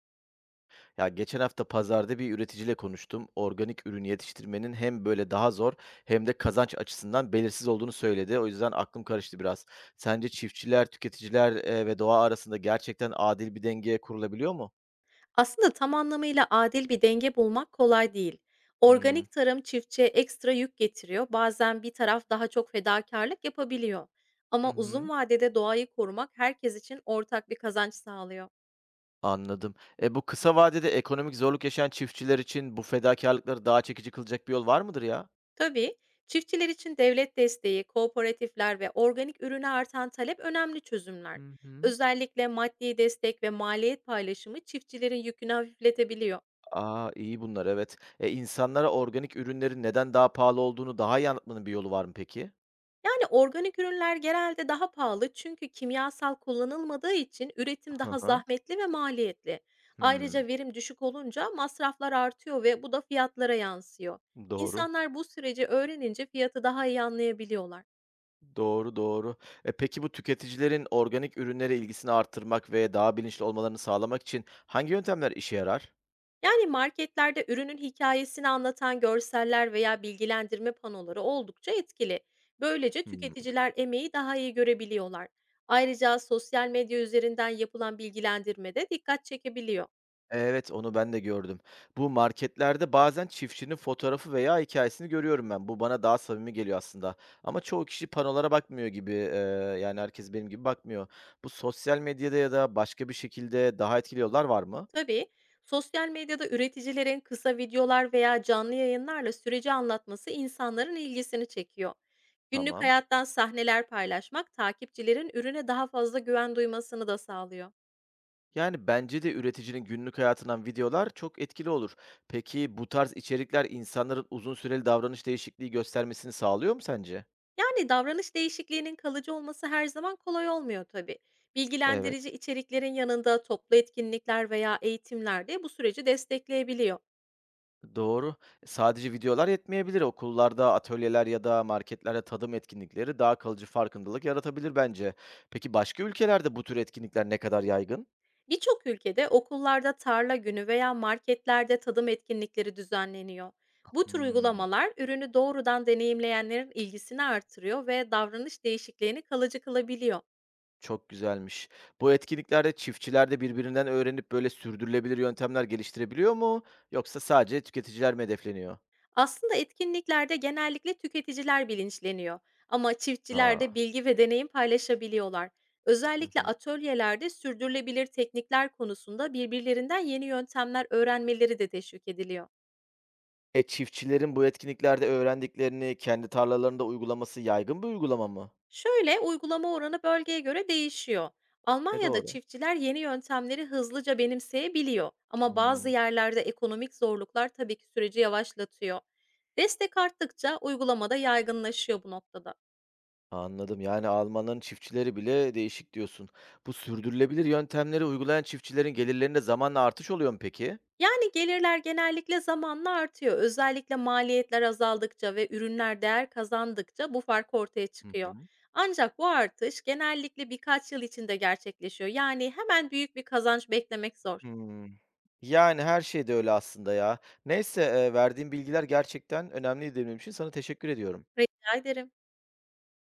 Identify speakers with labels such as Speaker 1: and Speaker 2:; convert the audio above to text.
Speaker 1: Ya geçen hafta pazarda bir üreticiyle konuştum. Organik ürün yetiştirmenin hem böyle daha zor hem de kazanç açısından belirsiz olduğunu söyledi. O yüzden aklım karıştı biraz. Sence çiftçiler, tüketiciler ve doğa arasında gerçekten adil bir denge kurulabiliyor mu?
Speaker 2: Aslında tam anlamıyla adil bir denge bulmak kolay değil.
Speaker 1: Hmm.
Speaker 2: Organik tarım çiftçiye ekstra yük getiriyor. Bazen bir taraf daha çok fedakarlık yapabiliyor.
Speaker 1: Hı
Speaker 2: Ama uzun
Speaker 1: hı.
Speaker 2: vadede doğayı korumak herkes için ortak bir kazanç sağlıyor.
Speaker 1: Anladım. Bu kısa vadede ekonomik zorluk yaşayan çiftçiler için bu fedakarlıkları daha çekici kılacak bir yol var mıdır ya?
Speaker 2: Tabii çiftçiler için devlet desteği, kooperatifler ve organik ürüne artan talep önemli çözümler.
Speaker 1: Hı hı.
Speaker 2: Özellikle maddi destek ve maliyet paylaşımı çiftçilerin yükünü hafifletebiliyor.
Speaker 1: Aa, iyi bunlar, evet. İnsanlara organik ürünlerin neden daha pahalı olduğunu daha iyi anlatmanın bir yolu var mı peki?
Speaker 2: Yani, organik ürünler genelde daha pahalı çünkü kimyasal kullanılmadığı için üretim
Speaker 1: Hı
Speaker 2: daha
Speaker 1: hı.
Speaker 2: zahmetli ve maliyetli.
Speaker 1: Hmm.
Speaker 2: Ayrıca verim düşük olunca masraflar artıyor ve bu da fiyatlara yansıyor.
Speaker 1: Doğru.
Speaker 2: İnsanlar bu süreci öğrenince fiyatı daha iyi anlayabiliyorlar.
Speaker 1: Doğru, doğru. E, peki bu tüketicilerin organik ürünlere ilgisini artırmak ve daha bilinçli olmalarını sağlamak için hangi yöntemler işe yarar?
Speaker 2: Yani marketlerde ürünün hikayesini anlatan görseller veya bilgilendirme panoları oldukça etkili. Böylece
Speaker 1: Hmm.
Speaker 2: tüketiciler emeği daha iyi görebiliyorlar. Ayrıca sosyal medya üzerinden yapılan bilgilendirme de dikkat çekebiliyor.
Speaker 1: Evet, onu ben de gördüm. Bu marketlerde bazen çiftçinin fotoğrafı veya hikayesini görüyorum ben. Bu bana daha samimi geliyor aslında. Ama çoğu kişi panolara bakmıyor gibi. Yani herkes benim gibi bakmıyor. Bu sosyal medyada ya da başka bir şekilde daha etkili yollar var mı?
Speaker 2: Tabii. Sosyal medyada üreticilerin kısa videolar veya canlı yayınlarla süreci anlatması insanların ilgisini çekiyor. Günlük
Speaker 1: Tamam.
Speaker 2: hayattan sahneler paylaşmak takipçilerin ürüne daha fazla güven duymasını da sağlıyor.
Speaker 1: Yani bence de üreticinin günlük hayatından videolar çok etkili olur. Peki bu tarz içerikler insanların uzun süreli davranış değişikliği göstermesini sağlıyor mu sence?
Speaker 2: Yani davranış değişikliğinin kalıcı olması her zaman kolay olmuyor tabii.
Speaker 1: Evet,
Speaker 2: Bilgilendirici içeriklerin yanında toplu etkinlikler veya eğitimler de bu süreci destekleyebiliyor.
Speaker 1: doğru. Sadece videolar yetmeyebilir. Okullarda, atölyeler ya da marketlerde tadım etkinlikleri daha kalıcı farkındalık yaratabilir bence. Peki başka ülkelerde bu tür etkinlikler ne kadar yaygın?
Speaker 2: Birçok ülkede okullarda tarla günü veya marketlerde tadım etkinlikleri düzenleniyor. Bu tür
Speaker 1: Hmm,
Speaker 2: uygulamalar ürünü doğrudan deneyimleyenlerin ilgisini artırıyor ve davranış değişikliğini kalıcı kılabiliyor.
Speaker 1: çok güzelmiş. Bu etkinliklerde çiftçiler de birbirinden öğrenip böyle sürdürülebilir yöntemler geliştirebiliyor mu? Yoksa sadece tüketiciler mi hedefleniyor?
Speaker 2: Aslında etkinliklerde genellikle tüketiciler bilinçleniyor ama çiftçiler
Speaker 1: Aa.
Speaker 2: de bilgi ve deneyim paylaşabiliyorlar.
Speaker 1: Hı
Speaker 2: Özellikle
Speaker 1: hı.
Speaker 2: atölyelerde sürdürülebilir teknikler konusunda birbirlerinden yeni yöntemler öğrenmeleri de teşvik ediliyor.
Speaker 1: Çiftçilerin bu etkinliklerde öğrendiklerini kendi tarlalarında uygulaması yaygın bir uygulama mı?
Speaker 2: Şöyle, uygulama oranı bölgeye göre değişiyor.
Speaker 1: E,
Speaker 2: Almanya'da
Speaker 1: doğru.
Speaker 2: çiftçiler yeni yöntemleri hızlıca benimseyebiliyor ama bazı
Speaker 1: Hımm,
Speaker 2: yerlerde ekonomik zorluklar tabii ki süreci yavaşlatıyor. Destek arttıkça uygulamada yaygınlaşıyor bu noktada.
Speaker 1: anladım. Yani Almanların çiftçileri bile değişik diyorsun. Bu sürdürülebilir yöntemleri uygulayan çiftçilerin gelirlerinde zamanla artış oluyor mu peki?
Speaker 2: Yani gelirler genellikle zamanla artıyor. Özellikle maliyetler azaldıkça ve ürünler değer kazandıkça bu fark ortaya
Speaker 1: Hı
Speaker 2: çıkıyor.
Speaker 1: hı.
Speaker 2: Ancak bu artış genellikle birkaç yıl içinde gerçekleşiyor. Yani hemen büyük bir kazanç beklemek zor.
Speaker 1: Hımm. Yani her şey de öyle aslında ya. Neyse, verdiğin bilgiler gerçekten önemliydi benim için. Sana teşekkür ediyorum.
Speaker 2: Rica ederim.